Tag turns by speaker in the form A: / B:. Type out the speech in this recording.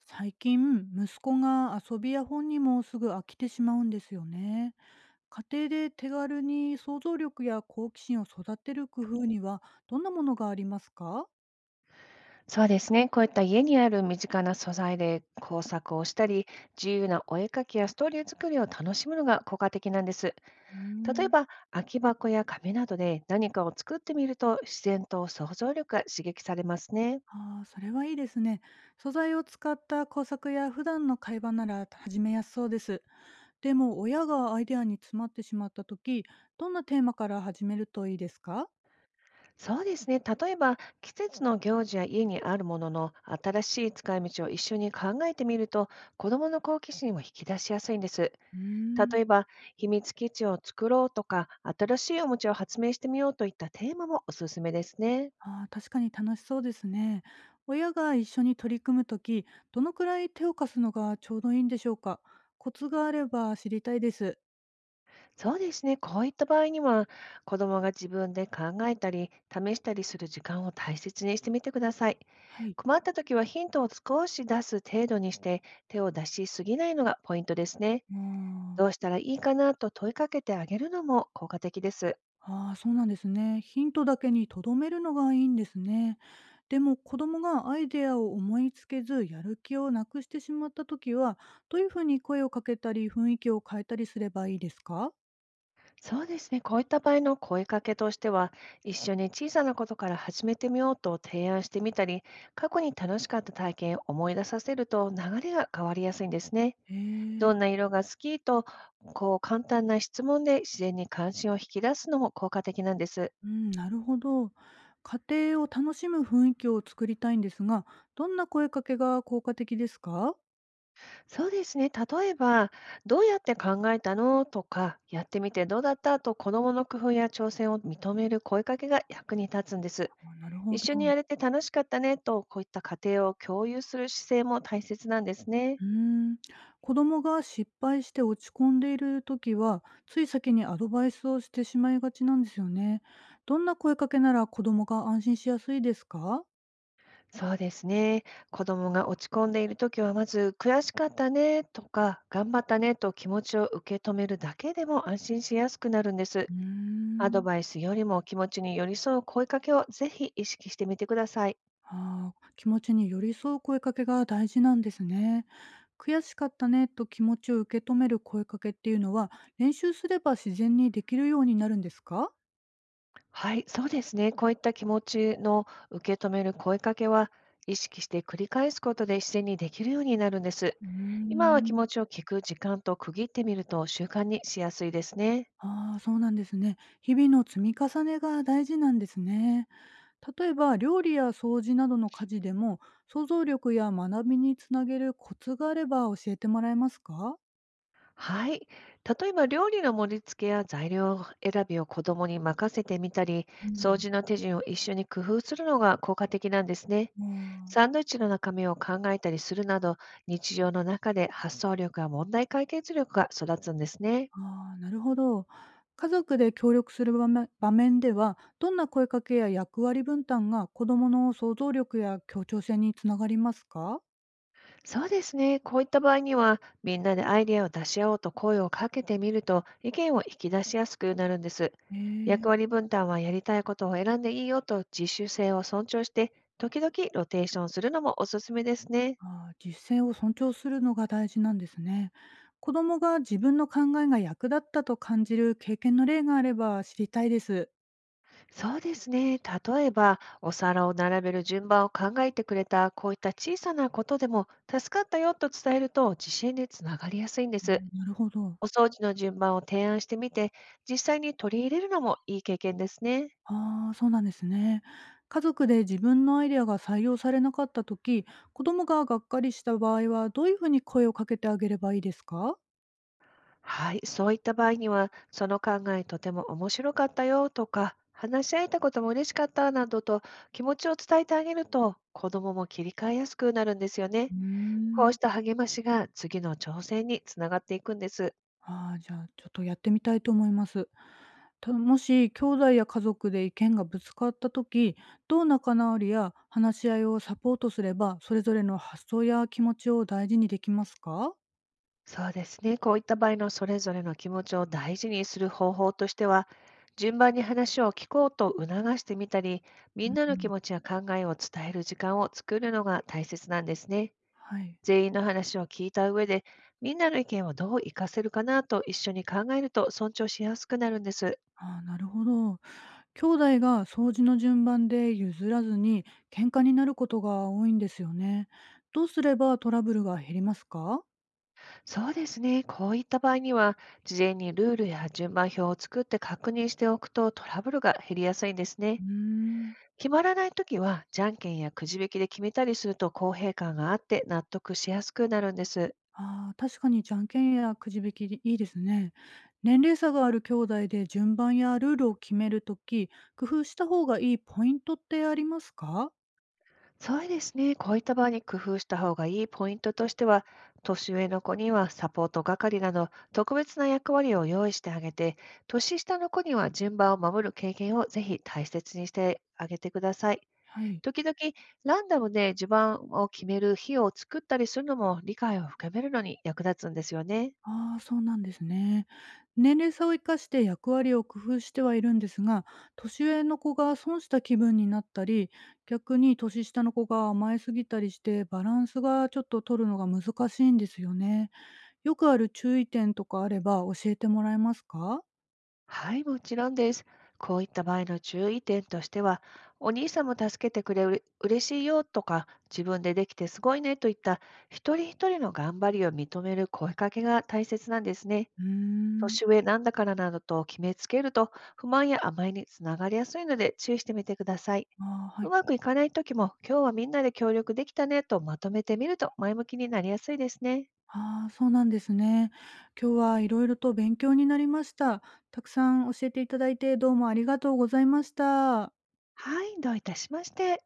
A: 最近息子が遊びや本にもすぐ飽きてしまうんですよね。家庭で手軽に想像力や好奇心を育てる工夫にはどんなものがありますか？
B: そうですね。こういった家にある身近な素材で工作をしたり、自由なお絵かきやストーリー作りを楽しむのが効果的なんです。
A: うー
B: 例え
A: ん。
B: ば、空き箱や紙などで何かを作ってみると、自然と想像力が刺激されますね。
A: ああー、それはいいですね。素材を使った工作や普段の会話なら始めやすそうです。でも親がアイデアに詰まってしまった時、どんなテーマから始めるといいですか？
B: そうですね。例えば、季節の行事や家にあるものの新しい使い道を一緒に考えてみると、子どもの好奇心を引き出しやすいんです。
A: うーん。
B: 例えば、秘密基地を作ろうとか、新しいおもちゃを発明してみようといったテーマもおすすめですね。
A: ああ、確かに楽しそうですね。親が一緒に取り組むとき、どのくらい手を貸すのがちょうどいいんでしょうか。コツがあれば知りたいです。
B: そうですね。こういった場合には、子どもが自分で考えたり、試したりする時間を大切にしてみてください。
A: はい。
B: 困った時はヒントを少し出す程度にして、手を出しすぎないのがポイントですね。ど
A: あ
B: うしたらいいかなと問いかけてあげるのも効果的です。
A: あ、ああそうなんですね。ヒントだけにとどめるのがいいんですね。でも子供がアイデアを思いつけずやる気をなくしてしまったときは、どういうふうに声をかけたり雰囲気を変えたりすればいいですか？
B: そうですね。こういった場合の声かけとしては、一緒に小さなことから始めてみようと提案してみたり、過去に楽しかった体験を思い出させると流れが変わりやすいんですね。
A: へえ。
B: どんな色が好きと、こう簡単な質問で自然に関心を引き出すのも効果的なんです。
A: うん、なるほど。家庭を楽しむ雰囲気を作りたいんですが、どんな声かけが効果的ですか？
B: そうですね。例えば、どうやって考えたのとか、やってみてどうだったと、子どもの工夫や挑戦を認める声かけが役に立つんです。
A: あ、なるほ
B: 一
A: ど。
B: 緒にやれて楽しかったねと、こういった過程を共有する姿勢も大切なんですね。
A: うん。子供が失敗して落ち込んでいる時は、つい先にアドバイスをしてしまいがちなんですよね。どんな声かけなら子供が安心しやすいですか？
B: そうですね。子供が落ち込んでいるときは、まず悔しかったねとか、頑張ったねと気持ちを受け止めるだけでも安心しやすくなるんです。
A: うー
B: アド
A: ん。
B: バイスよりも気持ちに寄り添う声かけをぜひ意識してみてください。
A: ああ、気持ちに寄り添う声かけが大事なんですね。悔しかったねと気持ちを受け止める声かけっていうのは、練習すれば自然にできるようになるんですか？
B: はい、そうですね。こういった気持ちの受け止める声かけは、意識して繰り返すことで自然にできるようになるんです。
A: うー
B: 今は気
A: ん。
B: 持ちを聞く時間と区切ってみると習慣にしやすいですね。
A: ああ、そうなんですね。日々の積み重ねが大事なんですね。例えば、料理や掃除などの家事でも、想像力や学びにつなげるコツがあれば教えてもらえますか？
B: はい。例えば、料理の盛り付けや材料選びを子供に任せてみたり、
A: う
B: 掃
A: ん。
B: 除の手順を一緒に工夫するのが効果的なんですね。
A: あ
B: サ
A: あ。
B: ンドイッチの中身を考えたりするなど、日常の中で発想力や問題解決力が育つんですね。
A: ああ、なるほど。家族で協力する場面場面では、どんな声かけや役割分担が子どもの想像力や協調性につながりますか？
B: そうですね。こういった場合には、みんなでアイデアを出し合おうと声をかけてみると、意見を引き出しやすくなるんです。役
A: え
B: 割
A: え。
B: 分担は、やりたいことを選んでいいよと自主性を尊重して、時々ロテーションするのもおすすめですね。
A: ああ、実践を尊重するのが大事なんですね。子どもが自分の考えが役立ったと感じる経験の例があれば知りたいです。
B: そうですね。例えば、お皿を並べる順番を考えてくれた、こういった小さなことでも、助かったよと伝えると自信につながりやすいんで
A: う
B: す。
A: ん、なるほど。
B: お掃除の順番を提案してみて、実際に取り入れるのもいい経験ですね。
A: ああ、そうなんですね。家族で自分のアイデアが採用されなかった時、子どもががっかりした場合はどういうふうに声をかけてあげればいいですか？
B: はい、そういった場合には、その考えとても面白かったよとか、話し合えたことも嬉しかったなどと気持ちを伝えてあげると、子どもも切り替えやすくなるんですよ
A: う
B: ね。こ
A: ー
B: う
A: ん。
B: した励ましが次の挑戦につながっていくんです。
A: ああ、じゃあ、ちょっとやってみたいと思います。もし兄弟や家族で意見がぶつかった時、どう仲直りや話し合いをサポートすればそれぞれの発想や気持ちを大事にできますか？
B: そうですね、こういった場合のそれぞれの気持ちを大事にする方法としては、順番に話を聞こうと促してみたり、
A: う
B: みん
A: ん
B: な
A: う
B: の気
A: ん、
B: 持ちや考えを伝える時間を作るのが大切なんですね。
A: はい。
B: 全員の話を聞いた上で、みんなの意見をどう活かせるかなと一緒に考えると尊重しやすくなるんです。
A: ああ、なるほど。兄弟が掃除の順番で譲らずに喧嘩になることが多いんですよね。どうすればトラブルが減りますか？
B: そうですね。こういった場合には、事前にルールや順番表を作って確認しておくとトラブルが減りやすいんです
A: う
B: ね。
A: ーん。
B: 決まらないときは、じゃんけんやくじ引きで決めたりすると公平感があって納得しやすくなるんです。
A: ああ、確かにじゃんけんやくじ引きでいいですね。年齢差がある兄弟で順番やルールを決めるとき、工夫した方がいいポイントってありますか？
B: そうですね。こういった場合に工夫した方がいいポイントとしては、年上の子にはサポート係など特別な役割を用意してあげて、年下の子には順番を守る経験をぜひ大切にしてあげてください。
A: はい。
B: 時々、ランダムで序盤を決める日を作ったりするのも理解を深めるのに役立つんですよね。
A: ああ、そうなんですね。年齢差を生かして役割を工夫してはいるんですが、年上の子が損した気分になったり、逆に年下の子が甘えすぎたりして、バランスがちょっと取るのが難しいんですよね。よくある注意点とかあれば教えてもらえますか？
B: はい、もちろんです。こういった場合の注意点としては、お兄さんも助けてくれる嬉しいよとか、自分でできてすごいねといった一人一人の頑張りを認める声かけが大切なんですね。
A: うーん。
B: 年上なんだからなどと決めつけると不満や甘えにつながりやすいので注意してみてください。
A: ああ、は
B: う
A: い。
B: まくいかないときも、今日はみんなで協力できたねとまとめてみると前向きになりやすいですね。
A: ああ、そうなんですね。今日はいろいろと勉強になりました。たくさん教えていただいて、どうもありがとうございました。
B: はい、どういたしまして。